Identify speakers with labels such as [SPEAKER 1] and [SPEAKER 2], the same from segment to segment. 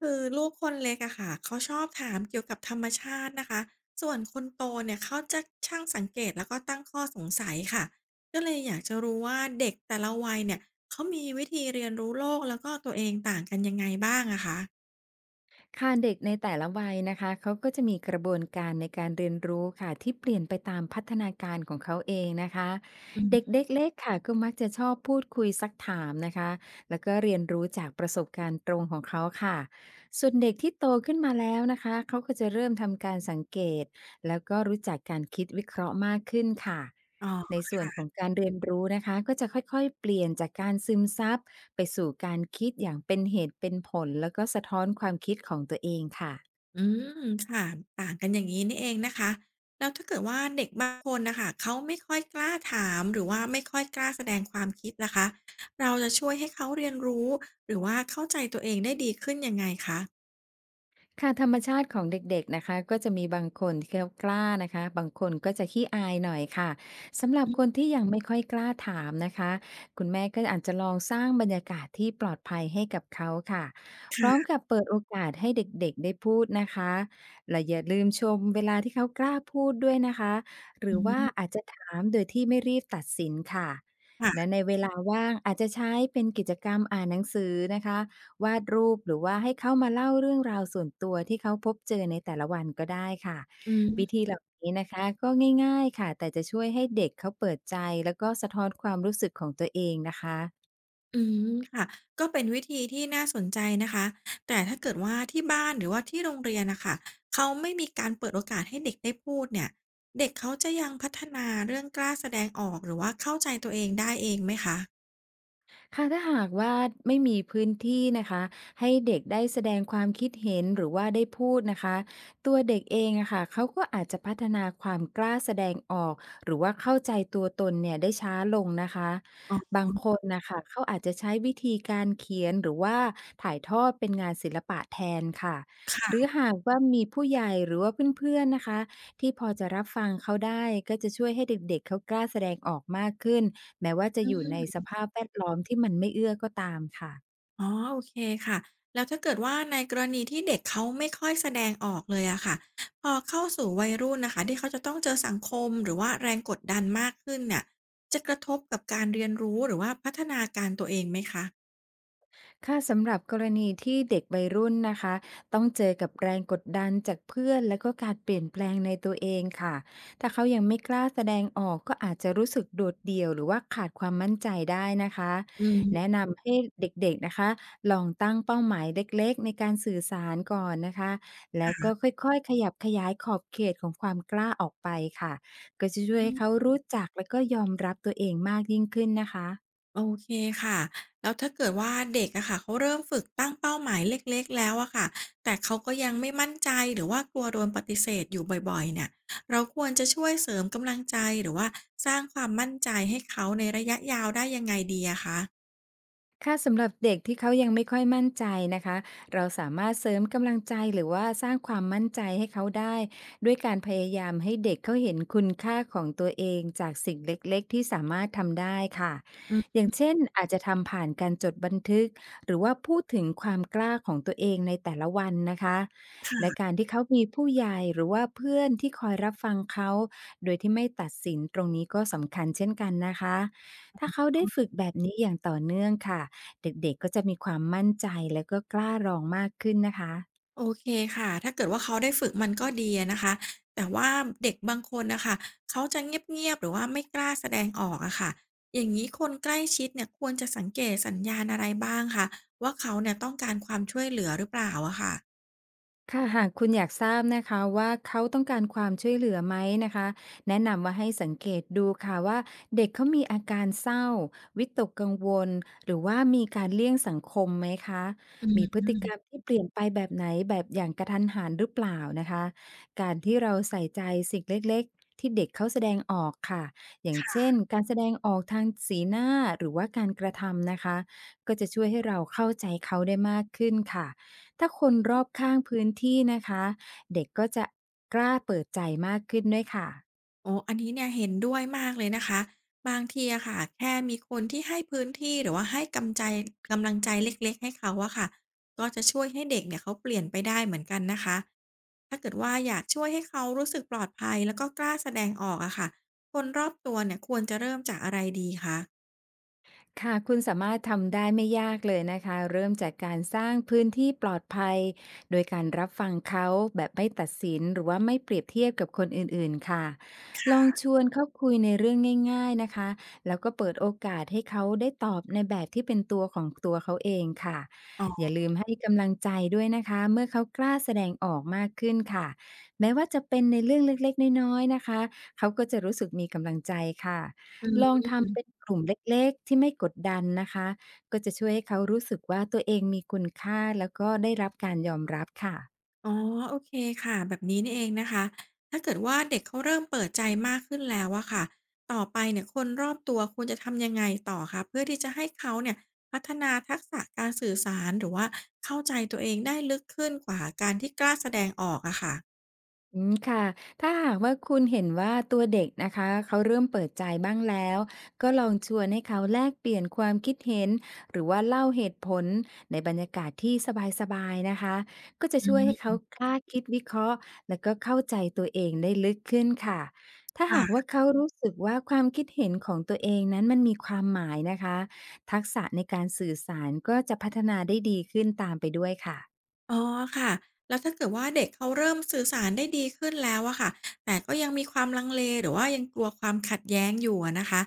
[SPEAKER 1] คือลูกคนเล็กอะค่ะเขาชอบถามเกี่ยวกับธรรมชาตินะคะส่วนคนโตเนี่ยเขาจะช่างสังเกตแล้วก็ตั้งข้อสงสัยค่ะก็เลยอยากจะรู้ว่าเด็กแต่ละวัยเนี่ยเขามีวิธีเรียนรู้โลกแล้วก็ตัวเองต่างกันยังไงบ้างอะคะ
[SPEAKER 2] ค่ะเด็กในแต่ละวัยนะคะเขาก็จะมีกระบวนการในการเรียนรู้ค่ะที่เปลี่ยนไปตามพัฒนาการของเขาเองนะคะเด็กเล็กๆค่ะก็มักจะชอบพูดคุยซักถามนะคะแล้วก็เรียนรู้จากประสบการณ์ตรงของเขาค่ะส่วนเด็กที่โตขึ้นมาแล้วนะคะเขาก็จะเริ่มทำการสังเกตแล้วก็รู้จักการคิดวิเคราะห์มากขึ้นค่ะ
[SPEAKER 1] อ๋อ
[SPEAKER 2] ในส่วนของ
[SPEAKER 1] ค่ะ
[SPEAKER 2] การเรียนรู้นะคะก็จะค่อยๆเปลี่ยนจากการซึมซับไปสู่การคิดอย่างเป็นเหตุเป็นผลแล้วก็สะท้อนความคิดของตัวเองค่ะ
[SPEAKER 1] อืมค่ะต่างกันอย่างนี้นี่เองนะคะแล้วถ้าเกิดว่าเด็กบางคนนะคะเขาไม่ค่อยกล้าถามหรือว่าไม่ค่อยกล้าแสดงความคิดนะคะเราจะช่วยให้เขาเรียนรู้หรือว่าเข้าใจตัวเองได้ดีขึ้นยังไงคะ
[SPEAKER 2] ค่ะธรรมชาติของเด็กๆนะคะก็จะมีบางคนที่เขากล้านะคะบางคนก็จะขี้อายหน่อยค่ะสำหรับคนที่ยังไม่ค่อยกล้าถามนะคะคุณแม่ก็อาจจะลองสร้างบรรยากาศที่ปลอดภัยให้กับเขาค่ะพ
[SPEAKER 1] ค่
[SPEAKER 2] ร้อม
[SPEAKER 1] ะ
[SPEAKER 2] กับเปิดโอกาสให้เด็กๆได้พูดนะคะและอย่าลืมชมเวลาที่เขากล้าพูดด้วยนะคะห
[SPEAKER 1] อื
[SPEAKER 2] รือว่าอาจ
[SPEAKER 1] ม
[SPEAKER 2] จะถามโดยที่ไม่รีบตัดสินค่ะและ
[SPEAKER 1] ค่ะ
[SPEAKER 2] ในเวลาว่างอาจจะใช้เป็นกิจกรรมอ่านหนังสือนะคะ วาดรูปหรือว่าให้เขามาเล่าเรื่องราวส่วนตัวที่เขาพบเจอในแต่ละวันก็ได้ค่ะ
[SPEAKER 1] อื
[SPEAKER 2] วิ
[SPEAKER 1] ม
[SPEAKER 2] ธีเหล่านี้นะคะก็ง่ายๆค่ะแต่จะช่วยให้เด็กเขาเปิดใจแล้วก็สะท้อนความรู้สึกของตัวเองนะคะ
[SPEAKER 1] อืมค่ะก็เป็นวิธีที่น่าสนใจนะคะ แต่ถ้าเกิดว่าที่บ้านหรือว่าที่โรงเรียนน่ะค่ะเขาไม่มีการเปิดโอกาสให้เด็กได้พูดเนี่ย เด็กเขาจะยังพัฒนาเรื่องกล้าแสดงออกหรือว่าเข้าใจตัวเองได้เองไหมคะ
[SPEAKER 2] ค่ะถ้าหากว่าไม่มีพื้นที่นะคะให้เด็กได้แสดงความคิดเห็นหรือว่าได้พูดนะคะตัวเด็กเองอะค่ะเขาก็อาจจะพัฒนาความกล้าแสดงออกหรือว่าเข้าใจตัวตนเนี่ยได้ช้าลงนะคะ
[SPEAKER 1] อ๋อ
[SPEAKER 2] บางคนนะคะเขาอาจจะใช้วิธีการเขียนหรือว่าถ่ายทอดเป็นงานศิลปะแทนค่ะหรือ
[SPEAKER 1] ค่ะ
[SPEAKER 2] หากว่ามีผู้ใหญ่หรือว่าเพื่อนๆนะคะ ที่พอจะรับฟังเขาได้ก็จะช่วยให้เด็กๆเขากล้าแสดงออกมากขึ้นแม้ว่าจะ
[SPEAKER 1] อื
[SPEAKER 2] อยู่ในส
[SPEAKER 1] ม
[SPEAKER 2] ภาพแวดล้อมที่มันไม่เอื้อก็ตามค่ะ
[SPEAKER 1] อ๋อโอเคค่ะแล้วถ้าเกิดว่าในกรณีที่เด็กเขาไม่ค่อยแสดงออกเลยอะค่ะพอเข้าสู่วัยรุ่นนะคะที่เขาจะต้องเจอสังคมหรือว่าแรงกดดันมากขึ้นเนี่ยจะกระทบกับการเรียนรู้หรือว่าพัฒนาการตัวเองไหมคะ
[SPEAKER 2] ค่ะสำหรับกรณีที่เด็กวัยรุ่นนะคะต้องเจอกับแรงกดดันจากเพื่อนและก็การเปลี่ยนแปลงในตัวเองค่ะถ้าเขายังไม่กล้าแสดงออกก็อาจจะรู้สึกโดดเดี่ยวหรือว่าขาดความมั่นใจได้นะคะ
[SPEAKER 1] อืม
[SPEAKER 2] แนะนำให้เด็กๆนะคะลองตั้งเป้าหมายเล็กๆในการสื่อสารก่อนนะคะแล้วก็ค่อยๆขยับขยายขอบเขตของความกล้าออกไปค่ะก็จะช่วยให้เขารู้จักและก็ยอมรับตัวเองมากยิ่งขึ้นนะคะ
[SPEAKER 1] โอเคค่ะ แล้วถ้าเกิดว่าเด็กอะค่ะเขาเริ่มฝึกตั้งเป้าหมายเล็กๆแล้วอะค่ะแต่เขาก็ยังไม่มั่นใจหรือว่ากลัวโดนปฏิเสธอยู่บ่อยๆเนี่ย เราควรจะช่วยเสริมกำลังใจหรือว่าสร้างความมั่นใจให้เขาในระยะยาวได้ยังไงดีอะคะ
[SPEAKER 2] ค่ะสำหรับเด็กที่เขายังไม่ค่อยมั่นใจนะคะเราสามารถเสริมกำลังใจหรือว่าสร้างความมั่นใจให้เขาได้ด้วยการพยายามให้เด็กเขาเห็นคุณค่าของตัวเองจากสิ่งเล็กๆที่สามารถทำได้ค่ะ
[SPEAKER 1] อื
[SPEAKER 2] อ
[SPEAKER 1] ม
[SPEAKER 2] ย่างเช่นอาจจะทำผ่านการจดบันทึกหรือว่าพูดถึงความกล้าของตัวเองในแต่ละวันนะคะและ
[SPEAKER 1] ค่ะ
[SPEAKER 2] การที่เขามีผู้ใหญ่หรือว่าเพื่อนที่คอยรับฟังเขาโดยที่ไม่ตัดสินตรงนี้ก็สำคัญเช่นกันนะคะถ้าเขาได้ฝึกแบบนี้อย่างต่อเนื่องค่ะ เด็กๆ ก็จะมีความมั่นใจแล้วก็กล้าลองมากขึ้นนะคะ
[SPEAKER 1] โอเคค่ะ ถ้าเกิดว่าเขาได้ฝึกมันก็ดีอะนะคะ แต่ว่าเด็กบางคนนะคะเขาจะเงียบๆหรือว่าไม่กล้าแสดงออกอะค่ะ อย่างนี้คนใกล้ชิดเนี่ยควรจะสังเกตสัญญาณอะไรบ้างคะว่าเขาเนี่ยต้องการความช่วยเหลือหรือเปล่าอะค่ะ
[SPEAKER 2] ค่ะหากคุณอยากทราบนะคะว่าเขาต้องการความช่วยเหลือไหมนะคะแนะนำว่าให้สังเกตดูค่ะว่าเด็กเขามีอาการเศร้าวิตกกังวลหรือว่ามีการเลี่ยงสังคมไหมคะ
[SPEAKER 1] อื
[SPEAKER 2] มีพฤติกรรม
[SPEAKER 1] ม
[SPEAKER 2] ที่เปลี่ยนไปแบบไหนแบบอย่างกระทันหันหรือเปล่านะคะการที่เราใส่ใจสิ่งเล็กๆที่เด็กเขาแสดงออกค่ะอย่างเช่นการแสดงออกทางสีหน้าหรือว่าการกระทำนะคะก็จะช่วยให้เราเข้าใจเขาได้มากขึ้นค่ะ ถ้าคนรอบข้างพื้นที่นะคะเด็กก็จะกล้าเปิดใจมากขึ้นด้วยค่ะ
[SPEAKER 1] โอ้อันนี้เนี่ยเห็นด้วยมากเลยนะคะบางทีอะค่ะแค่มีคนที่ให้พื้นที่หรือว่าให้กำใจกำลังใจเล็กๆให้เขาอะค่ะก็จะช่วยให้เด็กเนี่ยเขาเปลี่ยนไปได้เหมือนกันนะคะถ้าเกิดว่าอยากช่วยให้เขารู้สึกปลอดภัยแล้วก็กล้าแสดงออกอะค่ะคนรอบตัวเนี่ยควรจะเริ่มจากอะไรดีคะ
[SPEAKER 2] ค่ะคุณสามารถทำได้ไม่ยากเลยนะคะเริ่มจากการสร้างพื้นที่ปลอดภัยโดยการรับฟังเขาแบบไม่ตัดสินหรือว่าไม่เปรียบเทียบกับคนอื่นๆค่ะลองชวนเขาคุยในเรื่องง่ายๆนะคะแล้วก็เปิดโอกาสให้เขาได้ตอบในแบบที่เป็นตัวของตัวเขาเองค่ะ
[SPEAKER 1] อ๋อ
[SPEAKER 2] อย่าลืมให้กำลังใจด้วยนะคะเมื่อเขากล้าแสดงออกมากขึ้นค่ะแม้ว่าจะเป็นในเรื่องเล็กๆน้อยๆนะคะเขาก็จะรู้สึกมีกำลังใจค่ะ ลองทำเป็นกลุ่มเล็กๆที่ไม่กดดันนะคะก็จะช่วยให้เขารู้สึกว่าตัวเองมีคุณค่าแล้วก็ได้รับการยอมรับค่ะ
[SPEAKER 1] อ๋อโอเคค่ะแบบนี้นี่เองนะคะถ้าเกิดว่าเด็กเขาเริ่มเปิดใจมากขึ้นแล้วอะค่ะต่อไปเนี่ยคนรอบตัวควรจะทำยังไงต่อคะเพื่อที่จะให้เขาเนี่ยพัฒนาทักษะการสื่อสารหรือว่าเข้าใจตัวเองได้ลึกขึ้นกว่าการที่กล้าแสดงออกอะค่ะ
[SPEAKER 2] อืมค่ะถ้าหากว่าคุณเห็นว่าตัวเด็กนะคะเขาเริ่มเปิดใจบ้างแล้ว ก็ลองชวนให้เขาแลกเปลี่ยนความคิดเห็นหรือว่าเล่าเหตุผลในบรรยากาศที่สบายๆนะคะ ก็จะช่วยให้เขากล้าคิดวิเคราะห์แล้วก็เข้าใจตัวเองได้ลึกขึ้นค่ะถ้าหาก
[SPEAKER 1] ค่ะ
[SPEAKER 2] ว่าเขารู้สึกว่าความคิดเห็นของตัวเองนั้นมันมีความหมายนะคะทักษะในการสื่อสารก็จะพัฒนาได้ดีขึ้นตามไปด้วยค่ะ
[SPEAKER 1] อ๋อค่ะ แล้วถ้าเกิดว่าเด็กเขาเริ่มสื่อสารได้ดีขึ้นแล้วอะค่ะ แต่ก็ยังมีความลังเลหรือว่ายังกลัวความขัดแย้งอยู่อะนะคะ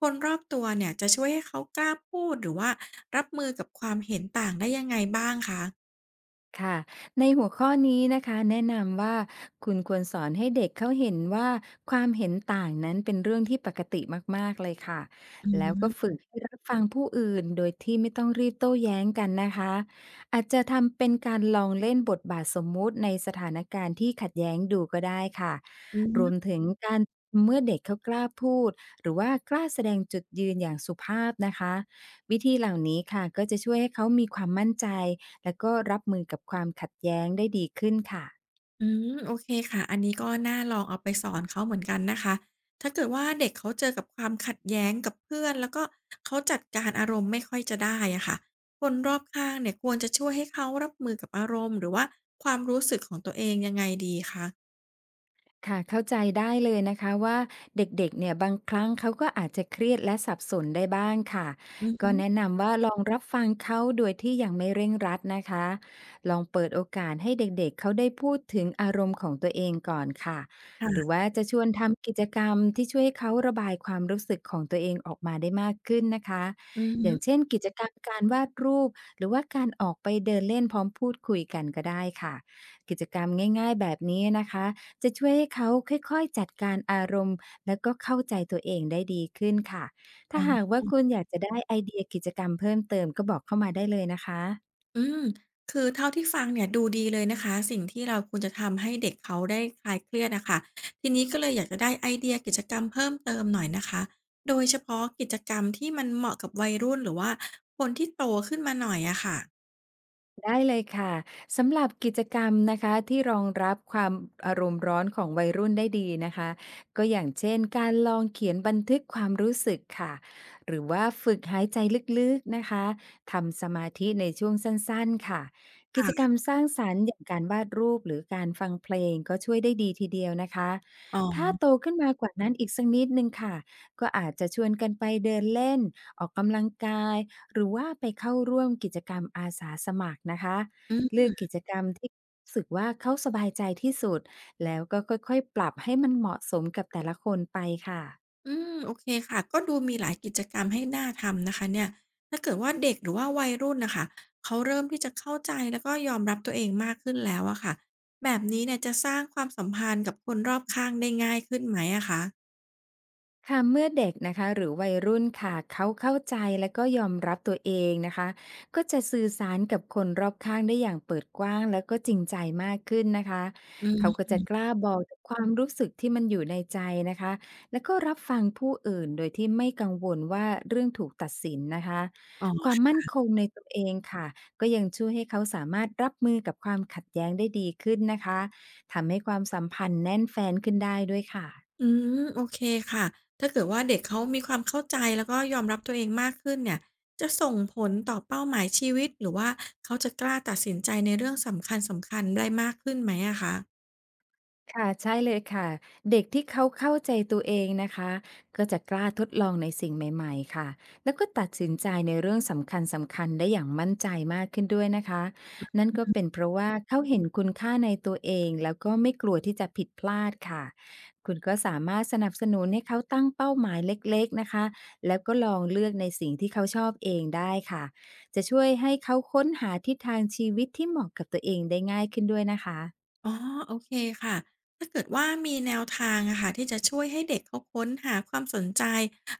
[SPEAKER 1] คนรอบตัวเนี่ยจะช่วยให้เขากล้าพูดหรือว่ารับมือกับความเห็นต่างได้ยังไงบ้างคะ
[SPEAKER 2] ค่ะในหัวข้อนี้นะคะแนะนำว่าคุณควรสอนให้เด็กเขาเห็นว่าความเห็นต่างนั้นเป็นเรื่องที่ปกติมากๆเลยค่ะ
[SPEAKER 1] อื
[SPEAKER 2] แล้วก็ฝึ
[SPEAKER 1] ม
[SPEAKER 2] กให้รับฟังผู้อื่นโดยที่ไม่ต้องรีบโต้แย้งกันนะคะอาจจะทำเป็นการลองเล่นบทบาทสมมุติในสถานการณ์ที่ขัดแย้งดูก็ได้ค่ะ
[SPEAKER 1] อื
[SPEAKER 2] รวม
[SPEAKER 1] ม
[SPEAKER 2] ถึงการเมื่อเด็กเขากล้าพูดหรือว่ากล้าแสดงจุดยืนอย่างสุภาพนะคะวิธีเหล่านี้ค่ะก็จะช่วยให้เขามีความมั่นใจ แล้วก็รับมือกับความขัดแย้งได้ดีขึ้นค่ะ
[SPEAKER 1] อืมโอเคค่ะอันนี้ก็น่าลองเอาไปสอนเขาเหมือนกันนะคะถ้าเกิดว่าเด็กเขาเจอกับความขัดแย้งกับเพื่อนแล้วก็เขาจัดการอารมณ์ไม่ค่อยจะได้อะค่ะคนรอบข้างเนี่ยควรจะช่วยให้เขารับมือกับอารมณ์หรือว่าความรู้สึกของตัวเองยังไงดีคะ
[SPEAKER 2] ค่ะเข้าใจได้เลยนะคะว่าเด็กๆเนี่ยบางครั้งเขาก็อาจจะเครียดและสับสนได้บ้างค่ะ
[SPEAKER 1] อือฮึ
[SPEAKER 2] ก็แนะนำว่าลองรับฟังเขาโดยที่ยังไม่เร่งรัดนะคะลองเปิดโอกาสให้เด็กๆเขาได้พูดถึงอารมณ์ของตัวเองก่อนค่ะหรื
[SPEAKER 1] ค่ะ
[SPEAKER 2] อว่าจะชวนทำกิจกรรมที่ช่วยให้เขาระบายความรู้สึกของตัวเองออกมาได้มากขึ้นนะคะ
[SPEAKER 1] อือ
[SPEAKER 2] อ
[SPEAKER 1] ฮึ
[SPEAKER 2] ย่างเช่นกิจกรรมการวาดรูปหรือว่าการออกไปเดินเล่นพร้อมพูดคุยกันก็ได้ค่ะกิจกรรมง่ายๆแบบนี้นะคะ จะช่วยให้เขาค่อยๆจัดการอารมณ์แล้วก็เข้าใจตัวเองได้ดีขึ้นค่ะ ถ้าหากว่าคุณอยากจะได้ไอเดียกิจกรรมเพิ่มเติมก็บอกเข้ามาได้เลยนะคะ
[SPEAKER 1] อืม คือเท่าที่ฟังเนี่ยดูดีเลยนะคะสิ่งที่เราควรจะทำให้เด็กเขาได้คลายเครียดอะค่ะทีนี้ก็เลยอยากจะได้ไอเดียกิจกรรมเพิ่มเติมหน่อยนะคะโดยเฉพาะกิจกรรมที่มันเหมาะกับวัยรุ่นหรือว่าคนที่โตขึ้นมาหน่อยอะค่ะ
[SPEAKER 2] ได้เลยค่ะสำหรับกิจกรรมนะคะที่รองรับความอารมณ์ร้อนของวัยรุ่นได้ดีนะคะก็อย่างเช่นการลองเขียนบันทึกความรู้สึกค่ะหรือว่าฝึกหายใจลึกๆนะคะทำสมาธิในช่วงสั้นๆค่ะกิจกร
[SPEAKER 1] ค่ะ
[SPEAKER 2] รมสร้างสรรค์อย่างการวาดรูปหรือการฟังเพลงก็ช่วยได้ดีทีเดียวนะคะ
[SPEAKER 1] อ๋อ
[SPEAKER 2] ถ้าโตขึ้นมากว่านั้นอีกสักนิดนึงค่ะก็อาจจะชวนกันไปเดินเล่นออกกำลังกาย หรือว่าไปเข้าร่วมกิจกรรมอาสาสมัครนะคะ
[SPEAKER 1] อื
[SPEAKER 2] เลือ
[SPEAKER 1] ม
[SPEAKER 2] กกิจกรรมที่รู้สึกว่าเขาสบายใจที่สุดแล้วก็ค่อยๆปรับให้มันเหมาะสมกับแต่ละคนไปค่ะ
[SPEAKER 1] อืมโอเคค่ะก็ดูมีหลายกิจกรรมให้น่าทำนะคะเนี่ยถ้าเกิดว่าเด็กหรือว่าวัยรุ่นนะคะเขาเริ่มที่จะเข้าใจแล้วก็ยอมรับตัวเองมากขึ้นแล้วอะค่ะแบบนี้เนี่ยจะสร้างความสัมพันธ์กับคนรอบข้างได้ง่ายขึ้นไหมอะคะ
[SPEAKER 2] ค่ะเมื่อเด็กนะคะหรือวัยรุ่นค่ะเขาเข้าใจและก็ยอมรับตัวเองนะคะก็จะสื่อสารกับคนรอบข้างได้อย่างเปิดกว้างแล้วก็จริงใจมากขึ้นนะคะ
[SPEAKER 1] อื
[SPEAKER 2] เขาก็
[SPEAKER 1] ม
[SPEAKER 2] จะกล้าบอกความรู้สึกที่มันอยู่ในใจนะคะแล้วก็รับฟังผู้อื่นโดยที่ไม่กังวลว่าเรื่องถูกตัดสินนะคะ
[SPEAKER 1] อ๋
[SPEAKER 2] ควา
[SPEAKER 1] อ
[SPEAKER 2] มมั่นคงในตัวเองค่ะก็ยังช่วยให้เขาสามารถรับมือกับความขัดแย้งได้ดีขึ้นนะคะทำให้ความสัมพันธ์แน่นแฟนขึ้นได้ด้วยค่ะ
[SPEAKER 1] อืมโอเคค่ะถ้าเกิดว่าเด็กเขามีความเข้าใจแล้วก็ยอมรับตัวเองมากขึ้นเนี่ยจะส่งผลต่อเป้าหมายชีวิตหรือว่าเขาจะกล้าตัดสินใจในเรื่องสำคัญๆได้มากขึ้นไหมอะคะ
[SPEAKER 2] ค่ะใช่เลยค่ะเด็กที่เขาเข้าใจตัวเองนะคะก็จะกล้าทดลองในสิ่งใหม่ๆค่ะแล้วก็ตัดสินใจในเรื่องสำคัญได้อย่างมั่นใจมากขึ้นด้วยนะคะนั่นก็เป็นเพราะว่าเขาเห็นคุณค่าในตัวเองแล้วก็ไม่กลัวที่จะผิดพลาดค่ะคุณก็สามารถสนับสนุนให้เขาตั้งเป้าหมายเล็กๆนะคะแล้วก็ลองเลือกในสิ่งที่เขาชอบเองได้ค่ะจะช่วยให้เขาค้นหาทิศทางชีวิตที่เหมาะกับตัวเองได้ง่ายขึ้นด้วยนะคะ
[SPEAKER 1] อ๋อโอเคค่ะถ้าเกิดว่ามีแนวทางอะค่ะที่จะช่วยให้เด็กเขาค้นหาความสนใจ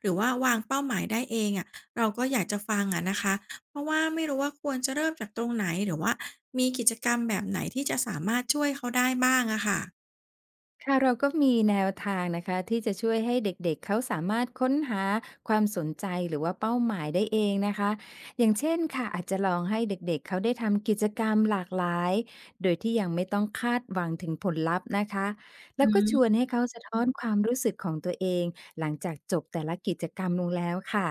[SPEAKER 1] หรือว่าวางเป้าหมายได้เองอะเราก็อยากจะฟังอะนะคะเพราะว่าไม่รู้ว่าควรจะเริ่มจากตรงไหนหรือว่ามีกิจกรรมแบบไหนที่จะสามารถช่วยเขาได้บ้างอะค่ะ
[SPEAKER 2] ค่ะเราก็มีแนวทางนะคะที่จะช่วยให้เด็กๆเขาสามารถค้นหาความสนใจหรือว่าเป้าหมายได้เองนะคะอย่างเช่นค่ะอาจจะลองให้เด็กๆเขาได้ทำกิจกรรมหลากหลายโดยที่ยังไม่ต้องคาดหวังถึงผลลัพธ์นะคะแล้ว
[SPEAKER 1] อื
[SPEAKER 2] ก็ชวน
[SPEAKER 1] ม
[SPEAKER 2] ให้เขาสะท้อนความรู้สึกของตัวเองหลังจากจบแต่ละกิจกรรมลงแล้วค่ะ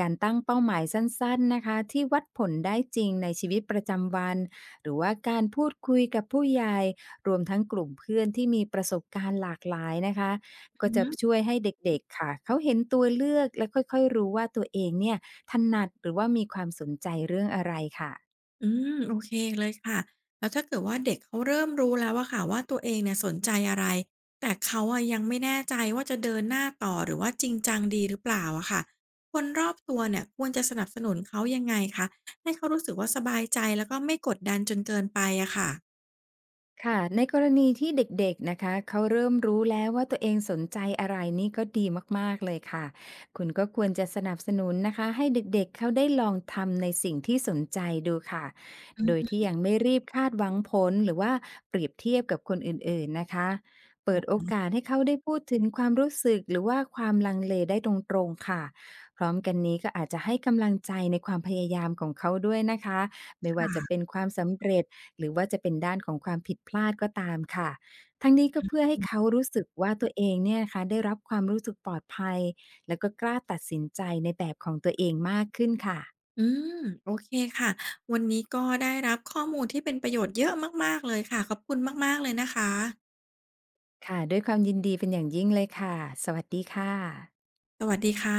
[SPEAKER 2] การตั้งเป้าหมายสั้นๆนะคะที่วัดผลได้จริงในชีวิตประจำวันหรือว่าการพูดคุยกับผู้ใหญ่ รวมทั้งกลุ่มเพื่อนที่มีประสบการณ์หลากหลายนะคะก็
[SPEAKER 1] อือ
[SPEAKER 2] จะ
[SPEAKER 1] ฮึ
[SPEAKER 2] ช่วยให้เด็กๆค่ะเขาเห็นตัวเลือกและค่อยๆรู้ว่าตัวเองเนี่ยถนัดหรือว่ามีความสนใจเรื่องอะไรค่ะ
[SPEAKER 1] อืมโอเคเลยค่ะแล้วถ้าเกิดว่าเด็กเขาเริ่มรู้แล้วอะค่ะว่าตัวเองเนี่ยสนใจอะไรแต่เขาอะยังไม่แน่ใจว่าจะเดินหน้าต่อหรือว่าจริงจังดีหรือเปล่าอะค่ะคนรอบตัวเนี่ยควรจะสนับสนุนเขายังไงคะให้เขารู้สึกว่าสบายใจแล้วก็ไม่กดดันจนเกินไปอะค่ะ
[SPEAKER 2] ค่ะในกรณีที่เด็กๆนะคะเขาเริ่มรู้แล้วว่าตัวเองสนใจอะไรนี่ก็ดีมากๆเลยค่ะคุณก็ควรจะสนับสนุนนะคะให้เด็กๆเขาได้ลองทำในสิ่งที่สนใจดูค่ะ
[SPEAKER 1] อื
[SPEAKER 2] โดย
[SPEAKER 1] ม
[SPEAKER 2] ที่ยังไม่รีบคาดหวังผลหรือว่าเปรียบเทียบกับคนอื่นๆนะคะเปิดโอกาสให้เขาได้พูดถึงความรู้สึกหรือว่าความลังเลได้ตรงๆค่ะพร้อมกันนี้ก็อาจจะให้กำลังใจในความพยายามของเขาด้วยนะคะไม่ว่าจะเป็น
[SPEAKER 1] ค่ะ
[SPEAKER 2] ความสำเร็จ หรือว่าจะเป็นด้านของความผิดพลาดก็ตามค่ะทั้งนี้ก็เพื่อให้เขารู้สึกว่าตัวเองเนี่ยนะคะได้รับความรู้สึกปลอดภัยแล้วก็กล้าตัดสินใจในแบบของตัวเองมากขึ้นค่ะ
[SPEAKER 1] อืมโอเคค่ะวันนี้ก็ได้รับข้อมูลที่เป็นประโยชน์เยอะมากๆเลยค่ะขอบคุณมากๆเลยนะคะ
[SPEAKER 2] ค่ะด้วยความยินดีเป็นอย่างยิ่งเลยค่ะ สวัสดีค่ะ
[SPEAKER 1] สวัสดีค่ะ